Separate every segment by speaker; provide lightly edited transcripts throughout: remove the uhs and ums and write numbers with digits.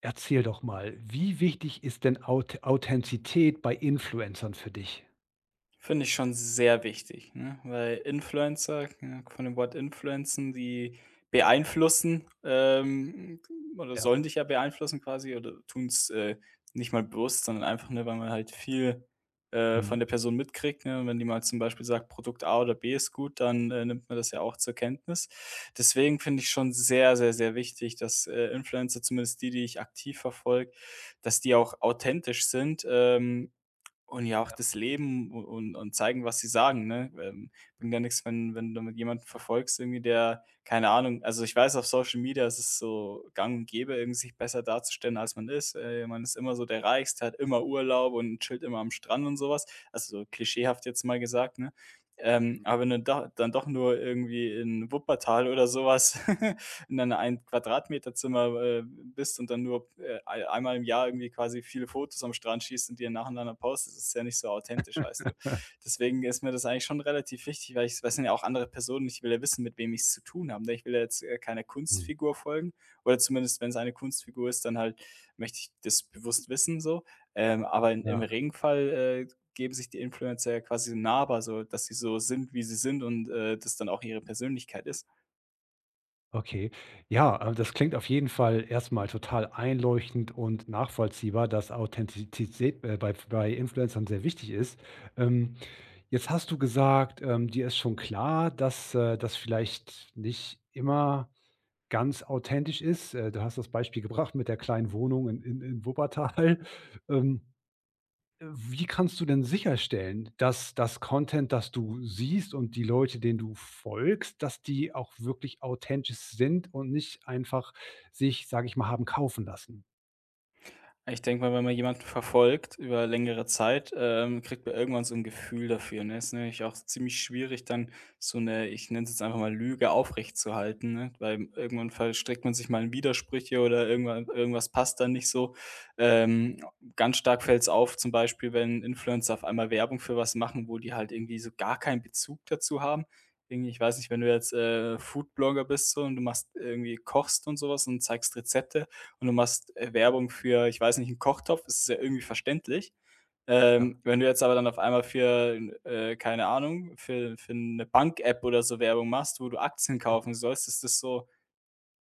Speaker 1: Erzähl doch mal, wie wichtig ist denn Authentizität bei Influencern für dich?
Speaker 2: Finde ich schon sehr wichtig, ne? Weil Influencer, ja, von dem Wort influenzen, die beeinflussen, oder
Speaker 1: Ja.
Speaker 2: sollen dich ja beeinflussen quasi oder tun's, nicht mal bewusst, sondern einfach, nur, weil man halt viel,
Speaker 1: Mhm.
Speaker 2: von der Person mitkriegt, ne? Und wenn die mal zum Beispiel sagt, Produkt A oder B ist gut, dann, nimmt man das ja auch zur Kenntnis. Deswegen finde ich schon sehr, sehr, sehr wichtig, dass, Influencer, zumindest die, die ich aktiv verfolge, dass die auch authentisch sind, und ja auch das Leben u und zeigen, was sie sagen, ne? Bringt ja nichts, wenn du mit jemanden verfolgst irgendwie, der keine Ahnung. Also, ich weiß, auf Social Media ist es so gang und gäbe, irgendwie sich besser darzustellen, als man ist. Man ist immer so der Reichste, hat immer Urlaub und chillt immer am Strand und sowas. Also, so klischeehaft jetzt mal gesagt, ne? Aber wenn du da dann doch nur irgendwie in Wuppertal oder sowas in einem 1 Quadratmeter-Zimmer, bist und dann nur, einmal im Jahr irgendwie quasi viele Fotos am Strand schießt und die dann nacheinander postest, ist ja nicht so authentisch, weißt du?
Speaker 1: Mhm.
Speaker 2: Deswegen ist mir das eigentlich schon relativ wichtig, weil ich weil es sind ja auch andere Personen, ich will ja wissen, mit wem ich's zu tun habe, ne? Ich will ja jetzt, keiner
Speaker 1: Mhm.
Speaker 2: Kunstfigur folgen, oder zumindest, wenn es eine Kunstfigur ist, dann halt möchte ich das bewusst wissen so. Aber in im
Speaker 1: Ja,
Speaker 2: Regenfall, geben sich die Influencer ja quasi nahbar so, dass sie so sind, wie sie sind und, das dann auch ihre Persönlichkeit ist.
Speaker 1: okay. Ja, das klingt auf jeden Fall erstmal total einleuchtend und nachvollziehbar, dass Authentizität, bei Influencern sehr wichtig ist. Ähm, jetzt hast du gesagt, dir ist schon klar, dass, das vielleicht nicht immer ganz authentisch ist. Du hast das Beispiel gebracht mit der kleinen Wohnung in Wuppertal. Ähm Wie kannst du denn sicherstellen, dass das Content, das du siehst und die Leute, denen du folgst, dass die auch wirklich authentisch sind und nicht einfach sich, sage ich mal, haben kaufen lassen?
Speaker 2: Ich denke mal, wenn man jemanden verfolgt über längere Zeit, kriegt man irgendwann so ein Gefühl dafür, ne? Ist nämlich auch ziemlich schwierig, dann so eine, ich nenne es jetzt einfach mal Lüge aufrechtzuhalten, ne? Weil irgendwann verstrickt man sich mal in Widersprüche oder irgendwann irgendwas passt dann nicht so. Ähm, ganz stark fällt es auf, zum Beispiel, wenn Influencer auf einmal Werbung für was machen, wo die halt irgendwie so gar keinen Bezug dazu haben. Irgendwie, ich weiß nicht, wenn du jetzt, Foodblogger bist so und du machst irgendwie kochst und sowas und zeigst Rezepte und du machst, Werbung für, ich weiß nicht, einen Kochtopf, das ist ja irgendwie verständlich.
Speaker 1: Ja,
Speaker 2: Wenn du jetzt aber dann auf einmal für keine Ahnung, für eine Bank-App oder so Werbung machst, wo du Aktien kaufen sollst, ist das so.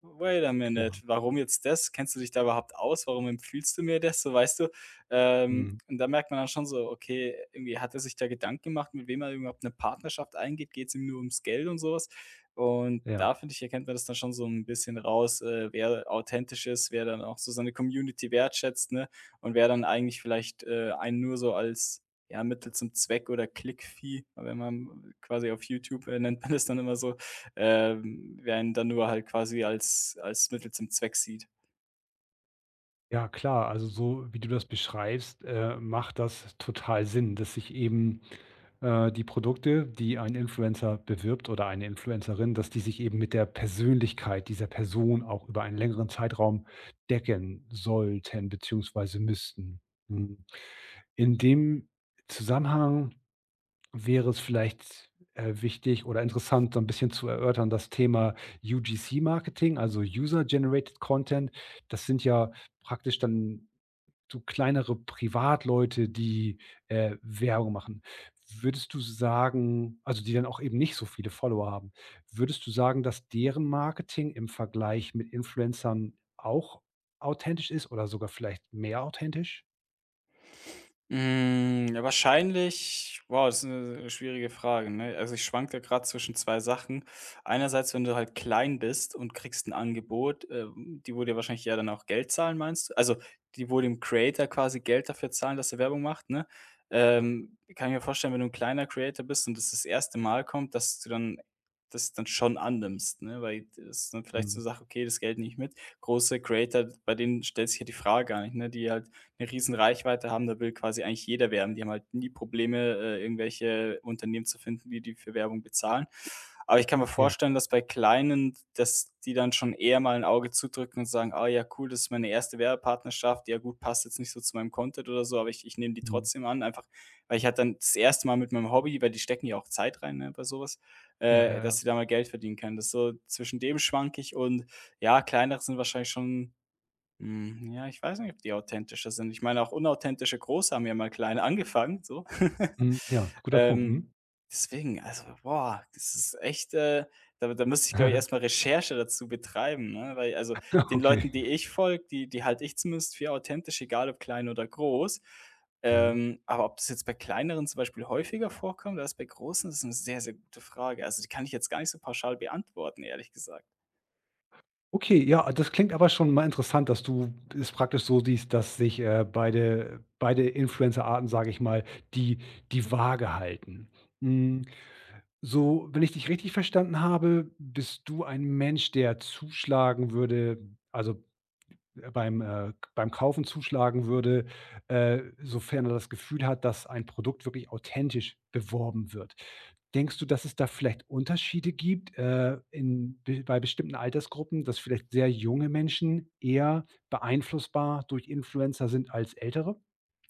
Speaker 2: Wait a minute,
Speaker 1: klar.
Speaker 2: warum jetzt das? Kennst du dich da überhaupt aus? Warum empfiehlst du mir das? So, weißt du,
Speaker 1: Mhm.
Speaker 2: und da merkt man dann schon so, okay, irgendwie hat er sich da Gedanken gemacht, mit wem er überhaupt eine Partnerschaft eingeht. Geht es ihm nur ums Geld und sowas? Und
Speaker 1: Ja.
Speaker 2: da, finde ich, erkennt man das dann schon so ein bisschen raus, wer authentisch ist, wer dann auch so seine Community wertschätzt, ne, und wer dann eigentlich vielleicht, einen nur so als, ja, Mittel zum Zweck oder Klickvieh, wenn man quasi auf YouTube, nennt man das dann immer so, während dann nur halt quasi als Mittel zum Zweck sieht.
Speaker 1: Ja, klar, also so wie du das beschreibst, macht das total Sinn, dass sich eben die Produkte, die ein Influencer bewirbt oder eine Influencerin, dass die sich eben mit der Persönlichkeit dieser Person auch über einen längeren Zeitraum decken sollten beziehungsweise müssten. Hm. In dem Zusammenhang Wäre es vielleicht, wichtig oder interessant, so ein bisschen zu erörtern, das Thema UGC-Marketing, also User Generated Content. Das sind ja praktisch dann so kleinere Privatleute, die, Werbung machen. Würdest du sagen also, die dann auch eben nicht so viele Follower haben. Würdest du sagen, dass deren Marketing im Vergleich mit Influencern auch authentisch ist oder sogar vielleicht mehr authentisch?
Speaker 2: Hm, ja, wahrscheinlich wow, das ist eine schwierige Frage, ne? Also, ich schwanke da grad zwischen 2 Sachen. Einerseits, wenn du halt klein bist und kriegst ein Angebot, die wo dir wahrscheinlich ja dann auch Geld zahlen, meinst du? Also, die wo dem Creator quasi Geld dafür zahlen, dass er Werbung macht, ne?
Speaker 1: Ja.
Speaker 2: Kann ich mir vorstellen, wenn du ein kleiner Creator bist und das erste Mal kommt, dass du dann das dann schon annimmst, ne? Weil das ist dann vielleicht so
Speaker 1: Mhm.
Speaker 2: eine Sache: „Okay, das Geld nicht mit.“ Große Creator, bei denen stellt sich ja die Frage gar nicht, ne? Die halt eine riesen Reichweite haben, da will quasi eigentlich jeder werben. Die haben halt nie Probleme, irgendwelche Unternehmen zu finden, die die für Werbung bezahlen. Aber ich kann mir
Speaker 1: Ja.
Speaker 2: vorstellen, dass bei kleinen, dass die dann schon eher mal ein Auge zudrücken und sagen: „Ah ja, cool, das ist meine erste Werbepartnerschaft. Ja gut, passt jetzt nicht so zu meinem Content oder so, aber ich nehme die
Speaker 1: Mhm.
Speaker 2: trotzdem an.“ Einfach, weil ich halt dann das erste Mal mit meinem Hobby, weil die stecken ja auch Zeit rein, ne, bei sowas,
Speaker 1: Ja, ja,
Speaker 2: dass
Speaker 1: ja.
Speaker 2: sie da mal Geld verdienen können. Das ist so zwischen dem schwank ich und ja, kleinere sind wahrscheinlich schon hm, ja, ich weiß nicht, ob die authentischer sind. Ich meine, auch unauthentische Große haben ja mal klein angefangen, so.
Speaker 1: Mhm, ja, guter Punkt,
Speaker 2: Ähm,
Speaker 1: mhm.
Speaker 2: deswegen, also, boah, das ist echt, da da müsste ich, glaube ich, erst Recherche dazu betreiben, ne? Weil also, den Leuten,
Speaker 1: Okay.
Speaker 2: die ich folge, die die halte ich zumindest für authentisch, egal ob klein oder groß.
Speaker 1: Mhm.
Speaker 2: Aber ob das jetzt bei kleineren zum Beispiel häufiger vorkommt als bei großen, das ist eine sehr, sehr gute Frage. Also, die kann ich jetzt gar nicht so pauschal beantworten, ehrlich gesagt.
Speaker 1: Okay, ja, das klingt aber schon mal interessant, dass du es praktisch so siehst, dass sich, beide Influencer-Arten, sage ich mal, die Waage halten. Hm, so, wenn ich dich richtig verstanden habe, bist du ein Mensch, der zuschlagen würde, also beim Kaufen zuschlagen würde, sofern er das Gefühl hat, dass ein Produkt wirklich authentisch beworben wird. Denkst du, dass es da vielleicht Unterschiede gibt, bei bestimmten Altersgruppen, dass vielleicht sehr junge Menschen eher beeinflussbar durch Influencer sind als ältere?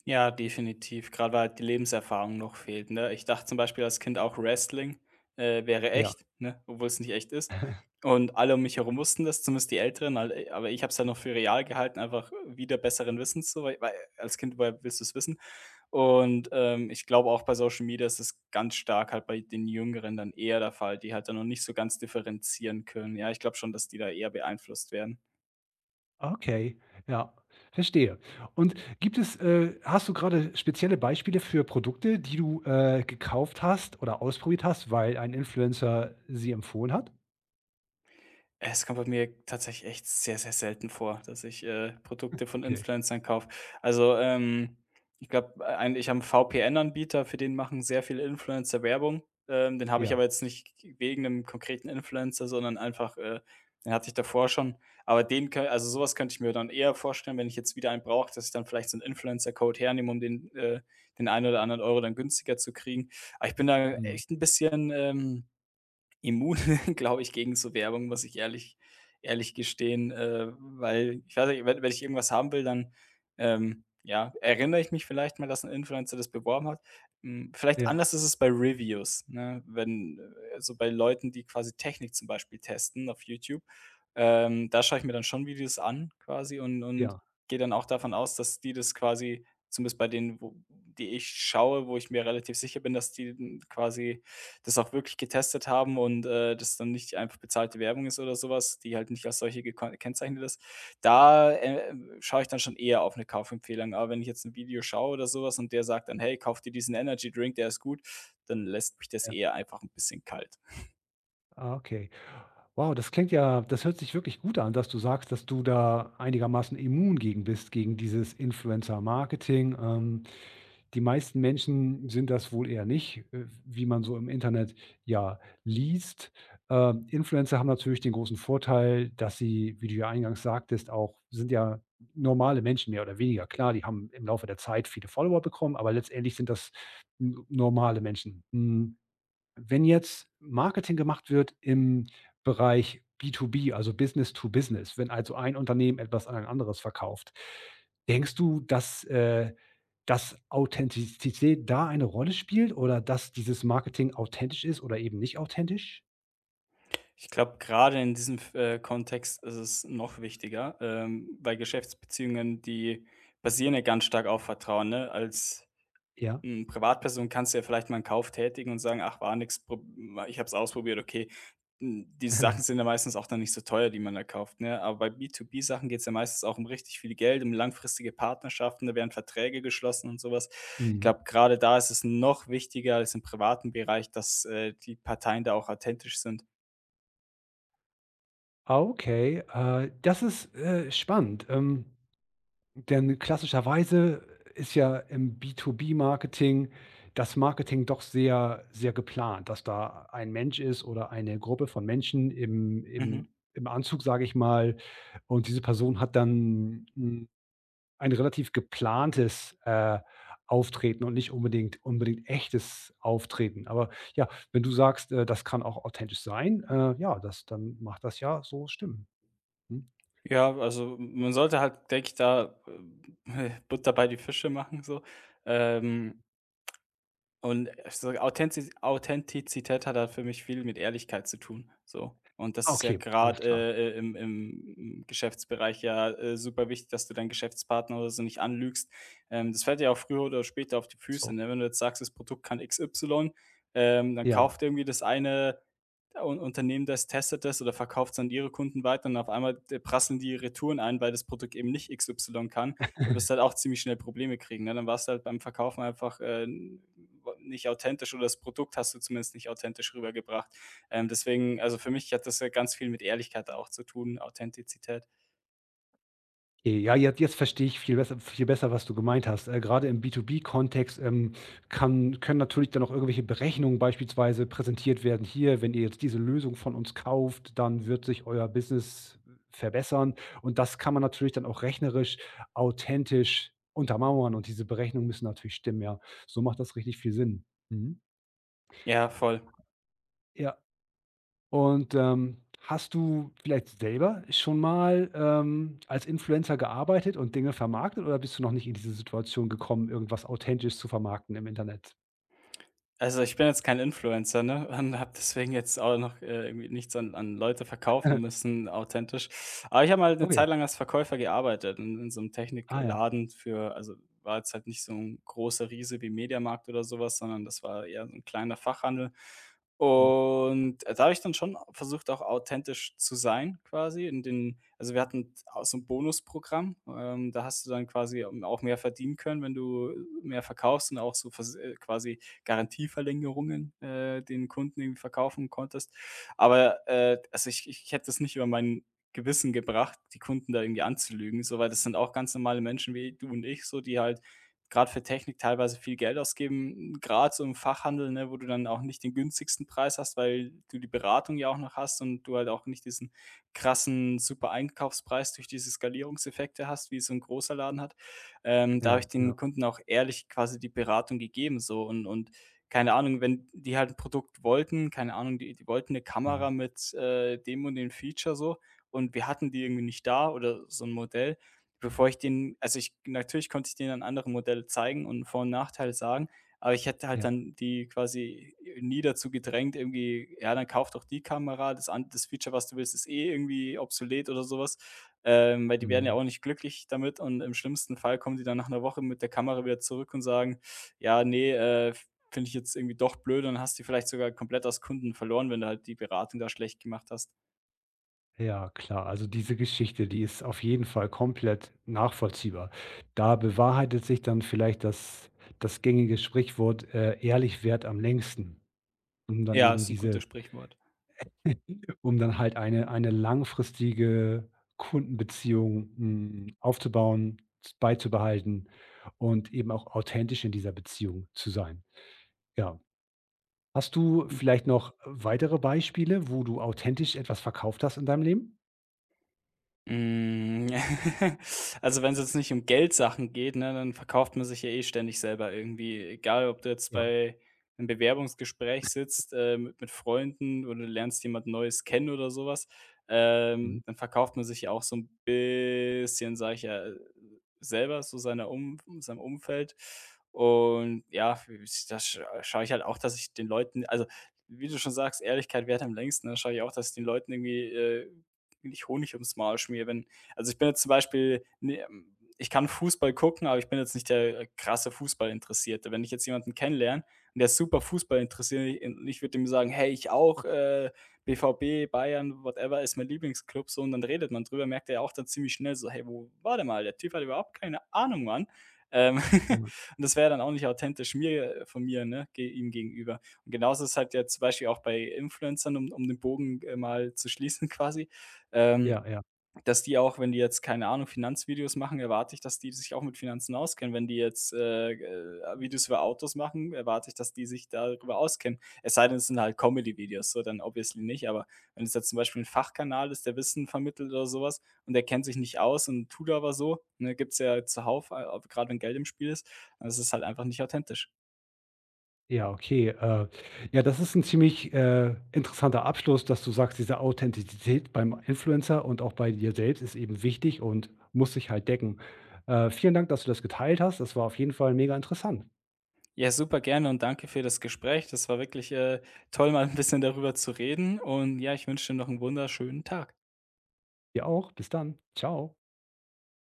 Speaker 2: Ja, definitiv. Gerade weil halt die Lebenserfahrung noch fehlt, ne? Ich dachte zum Beispiel als Kind auch, Wrestling, wäre
Speaker 1: Ja.
Speaker 2: echt, ne, obwohl es nicht echt ist. Und alle um mich herum wussten das, zumindest die Älteren, halt, aber ich habe es halt noch für real gehalten, einfach wieder besseren Wissens so, weil als Kind, woher willst du's wissen? Und, ich glaube auch bei Social Media ist es ganz stark halt bei den Jüngeren dann eher der Fall, die halt dann noch nicht so ganz differenzieren können. Ja, ich glaube schon, dass die da eher beeinflusst werden.
Speaker 1: Okay, ja, verstehe. Und gibt es, hast du gerade spezielle Beispiele für Produkte, die du gekauft hast oder ausprobiert hast, weil ein Influencer sie empfohlen hat?
Speaker 2: Es kommt bei mir tatsächlich echt sehr, sehr selten vor, dass ich, Produkte von
Speaker 1: Okay,
Speaker 2: Influencern kaufe. Also, ich glaube, ein ich habe 'n VPN-Anbieter, für den machen sehr viele Influencer Werbung. Den habe ich
Speaker 1: ja,
Speaker 2: aber jetzt nicht wegen einem konkreten Influencer, sondern einfach, den hatte ich davor schon. Aber den kö, also sowas könnte ich mir dann eher vorstellen, wenn ich jetzt wieder einen brauche, dass ich dann vielleicht so einen Influencer-Code hernehme, um den den einen oder anderen Euro dann günstiger zu kriegen. Aber ich bin da
Speaker 1: mhm,
Speaker 2: echt ein bisschen, immun, glaube ich, gegen so Werbung, muss ich ehrlich gestehen, weil ich weiß nicht, wenn ich irgendwas haben will, dann, ja, erinnere ich mich vielleicht mal, dass ein Influencer das beworben hat. Hm, vielleicht
Speaker 1: ja,
Speaker 2: anders ist es bei Reviews, ne? Wenn so bei Leuten, die quasi Technik zum Beispiel testen auf YouTube, da schaue ich mir dann schon Videos an quasi und
Speaker 1: ja.
Speaker 2: gehe dann auch davon aus, dass die das quasi zumindest bei denen, wo die ich schaue, wo ich mir relativ sicher bin, dass die, hm, quasi das auch wirklich getestet haben und, das dann nicht einfach bezahlte Werbung ist oder sowas, die halt nicht als solche gekon gekennzeichnet ist. Da, schaue ich dann schon eher auf eine Kaufempfehlung. Aber wenn ich jetzt ein Video schaue oder sowas und der sagt dann: „Hey, kauf dir diesen Energy Drink, der ist gut“, dann lässt mich das eher einfach ein bisschen kalt.
Speaker 1: Ah, okay. Wow, das klingt ja, das hört sich wirklich gut an, dass du sagst, dass du da einigermaßen immun gegen bist, gegen dieses Influencer-Marketing. Die meisten Menschen sind das wohl eher nicht, wie man so im Internet ja liest. Influencer haben natürlich den großen Vorteil, dass sie, wie du ja eingangs sagtest, auch, sind ja normale Menschen mehr oder weniger. Klar, die haben im Laufe der Zeit viele Follower bekommen, aber letztendlich sind das n normale Menschen. Hm. Wenn jetzt Marketing gemacht wird im Bereich B2B, also Business to Business, wenn also ein Unternehmen etwas an ein anderes verkauft, denkst du, dass, dass Authentizität da eine Rolle spielt oder dass dieses Marketing authentisch ist oder eben nicht authentisch?
Speaker 2: Ich glaube, gerade in diesem Kontext ist es noch wichtiger, weil Geschäftsbeziehungen, die basieren ja ganz stark auf Vertrauen, ne? Als
Speaker 1: Ja.
Speaker 2: Hm, Privatperson kannst du ja vielleicht mal einen Kauf tätigen und sagen: „Ach, war nix, prob ich habe es ausprobiert, okay.“ Hm, diese Sachen sind ja meistens auch dann nicht so teuer, die man da kauft, ne? Aber bei B2B-Sachen geht es ja meistens auch um richtig viel Geld, um langfristige Partnerschaften, da werden Verträge geschlossen und sowas. Ich
Speaker 1: Mhm.
Speaker 2: glaube, gerade da ist es noch wichtiger als im privaten Bereich, dass, die Parteien da auch authentisch sind.
Speaker 1: Ah, okay, das ist, spannend. Denn klassischerweise ist ja im B2B-Marketing das Marketing doch sehr sehr geplant, dass da ein Mensch ist oder eine Gruppe von Menschen im
Speaker 2: Mhm.
Speaker 1: Anzug, sage ich mal, und diese Person hat dann, hm, ein relativ geplantes, Auftreten und nicht unbedingt echtes Auftreten. Aber ja, wenn du sagst, das kann auch authentisch sein, ja, das dann macht das ja so Stimmen. Mhm.
Speaker 2: Ja, also, man sollte halt, denke ich, da, Butter bei die Fische machen so. Ähm, Und so Authentizität hat halt für mich viel mit Ehrlichkeit zu tun, so. Und das
Speaker 1: Ah,
Speaker 2: ist ja
Speaker 1: okay, alles
Speaker 2: gerade
Speaker 1: klar.
Speaker 2: im Geschäftsbereich ja, super wichtig, dass du deinen Geschäftspartner oder so nicht anlügst. Das fällt dir auch früher oder später auf die Füße,
Speaker 1: So,
Speaker 2: ne? Wenn du jetzt sagst, das Produkt kann XY, dann
Speaker 1: ja.
Speaker 2: kauft irgendwie das eine ja, und Unternehmen das, testet das oder verkauft es an ihre Kunden weiter und auf einmal, prasseln die Retouren ein, weil das Produkt eben nicht XY kann. Dann wirst du halt auch ziemlich schnell Probleme kriegen, ne? Dann warst du halt beim Verkaufen einfach, nicht authentisch oder das Produkt hast du zumindest nicht authentisch rübergebracht. Deswegen, also, für mich hat das ja ganz viel mit Ehrlichkeit auch zu tun, Authentizität.
Speaker 1: Ja, jetzt verstehe ich viel besser, was du gemeint hast. Grade im B2B-Kontext, kann, können natürlich dann auch irgendwelche Berechnungen beispielsweise präsentiert werden: „Hier, wenn ihr jetzt diese Lösung von uns kauft, dann wird sich euer Business verbessern.“ Und das kann man natürlich dann auch rechnerisch authentisch untermauern und diese Berechnungen müssen natürlich stimmen, ja. So macht das richtig viel Sinn. Mhm.
Speaker 2: Ja, voll.
Speaker 1: Ja. Und, hast du vielleicht selber schon mal, als Influencer gearbeitet und Dinge vermarktet oder bist du noch nicht in diese Situation gekommen, irgendwas authentisch zu vermarkten im Internet?
Speaker 2: Also, ich bin jetzt kein Influencer, ne, und habe deswegen jetzt auch noch, irgendwie nichts an Leute verkaufen müssen authentisch. Aber ich habe mal eine
Speaker 1: Okay.
Speaker 2: Zeit lang als Verkäufer gearbeitet in so einem
Speaker 1: Ah ja.
Speaker 2: Technikladen für. War jetzt halt nicht so ein großer Riese wie Mediamarkt oder sowas, sondern das war eher so ein kleiner Fachhandel.
Speaker 1: Mhm.
Speaker 2: Und da habe ich dann schon versucht, auch authentisch zu sein, quasi in den wir hatten auch so 'n Bonusprogramm, da hast du dann quasi auch mehr verdienen können, wenn du mehr verkaufst und auch so vers quasi Garantieverlängerungen, den Kunden irgendwie verkaufen konntest. Aber also ich hätte es nicht über mein Gewissen gebracht, die Kunden da irgendwie anzulügen, so, weil das sind auch ganz normale Menschen wie du und ich so, die halt gerade für Technik teilweise viel Geld ausgeben, gerade so im Fachhandel, ne, wo du dann auch nicht den günstigsten Preis hast, weil du die Beratung ja auch noch hast und du halt auch nicht diesen krassen super Einkaufspreis durch diese Skalierungseffekte hast, wie es so ein großer Laden hat. Da habe ich
Speaker 1: Ja, ja.
Speaker 2: den Kunden auch ehrlich quasi die Beratung gegeben, so, und keine Ahnung, wenn die halt ein Produkt wollten, keine Ahnung, die wollten eine Kamera
Speaker 1: Mhm.
Speaker 2: mit, dem und dem Feature so, und wir hatten die irgendwie nicht da oder so ein Modell. Bevor ich den, also, ich Natürlich konnte ich denen dann andere Modelle zeigen und Vor- und Nachteile sagen, aber ich hätte halt
Speaker 1: Ja.
Speaker 2: dann die quasi nie dazu gedrängt, irgendwie: „Ja, dann kauf doch die Kamera, das an das Feature, was du willst, ist eh irgendwie obsolet“ oder sowas. Weil die werden ja
Speaker 1: Mhm.
Speaker 2: auch nicht glücklich damit, und im schlimmsten Fall kommen die dann nach einer Woche mit der Kamera wieder zurück und sagen: „Ja, ne, finde ich jetzt irgendwie doch blöd“, und hast die vielleicht sogar komplett als Kunden verloren, wenn du halt die Beratung da schlecht gemacht hast.
Speaker 1: Ja, klar. Also diese Geschichte, die ist auf jeden Fall komplett nachvollziehbar. Da bewahrheitet sich dann vielleicht das gängige Sprichwort: „Ehrlich währt am längsten“, um dann
Speaker 2: Ja,
Speaker 1: eben
Speaker 2: ist ein
Speaker 1: diese
Speaker 2: gutes Sprichwort.
Speaker 1: um dann halt eine langfristige Kundenbeziehung, hm, aufzubauen, z beizubehalten und eben auch authentisch in dieser Beziehung zu sein. Ja. Hast du
Speaker 2: Mhm.
Speaker 1: vielleicht noch weitere Beispiele, wo du authentisch etwas verkauft hast in deinem Leben?
Speaker 2: Hm, also, wenn es jetzt nicht um Geldsachen geht, ne, dann verkauft man sich ja eh ständig selber irgendwie. Egal, ob du jetzt
Speaker 1: Ja,
Speaker 2: bei einem Bewerbungsgespräch sitzt, mit Freunden, oder du lernst jemand Neues kennen oder sowas,
Speaker 1: Mhm.
Speaker 2: dann verkauft man sich ja auch so ein bisschen, sage ich ja, selber, so seiner Um seinem Umfeld. Und ja, ich da schaue ich halt auch, dass ich den Leuten. Wie du schon sagst, Ehrlichkeit wert am längsten. Da schaue ich auch, dass ich den Leuten irgendwie, nicht Honig ums Maul schmier, wenn ich bin jetzt zum Beispiel, ne, ich kann Fußball gucken, aber ich bin jetzt nicht der krasse Fußballinteressierte. Wenn ich jetzt jemanden kennenlerne und der ist super Fußball interessiert und ich würde ihm sagen: „Hey, ich auch, BVB, Bayern, whatever, ist mein Lieblingsclub“, so, und dann redet man drüber, merkt er ja auch dann ziemlich schnell so: „Hey, wo warte mal, der Typ hat überhaupt keine Ahnung, Mann.“ Ähm, und
Speaker 1: immer.
Speaker 2: das wäre dann auch nicht authentisch mir von mir, ne, ge ihm gegenüber. Und genauso ist halt ja zum Beispiel auch bei Influencern, um den Bogen, mal zu schließen, quasi, ähm,
Speaker 1: Ja, ja.
Speaker 2: dass die auch, wenn die jetzt, keine Ahnung, Finanzvideos machen, erwarte ich, dass die sich auch mit Finanzen auskennen. Wenn die jetzt, Videos über Autos machen, erwarte ich, dass die sich darüber auskennen. Es sei denn, es sind halt Comedy-Videos, so dann obviously nicht, aber wenn es jetzt zum Beispiel ein Fachkanal ist, der Wissen vermittelt oder sowas, und der kennt sich nicht aus und tut aber so, ne, gibt's ja zuhauf, grad wenn Geld im Spiel ist, dann ist es halt einfach nicht authentisch.
Speaker 1: Ja, okay. Ja, das ist ein ziemlich, interessanter Abschluss, dass du sagst, diese Authentizität beim Influencer und auch bei dir selbst ist eben wichtig und muss sich halt decken. Vielen Dank, dass du das geteilt hast. Das war auf jeden Fall mega interessant.
Speaker 2: Ja, super gerne, und danke für das Gespräch. Das war wirklich, toll, mal ein bisschen darüber zu reden, und ja, ich wünsche dir noch einen wunderschönen Tag.
Speaker 1: Dir auch. Bis dann. Ciao.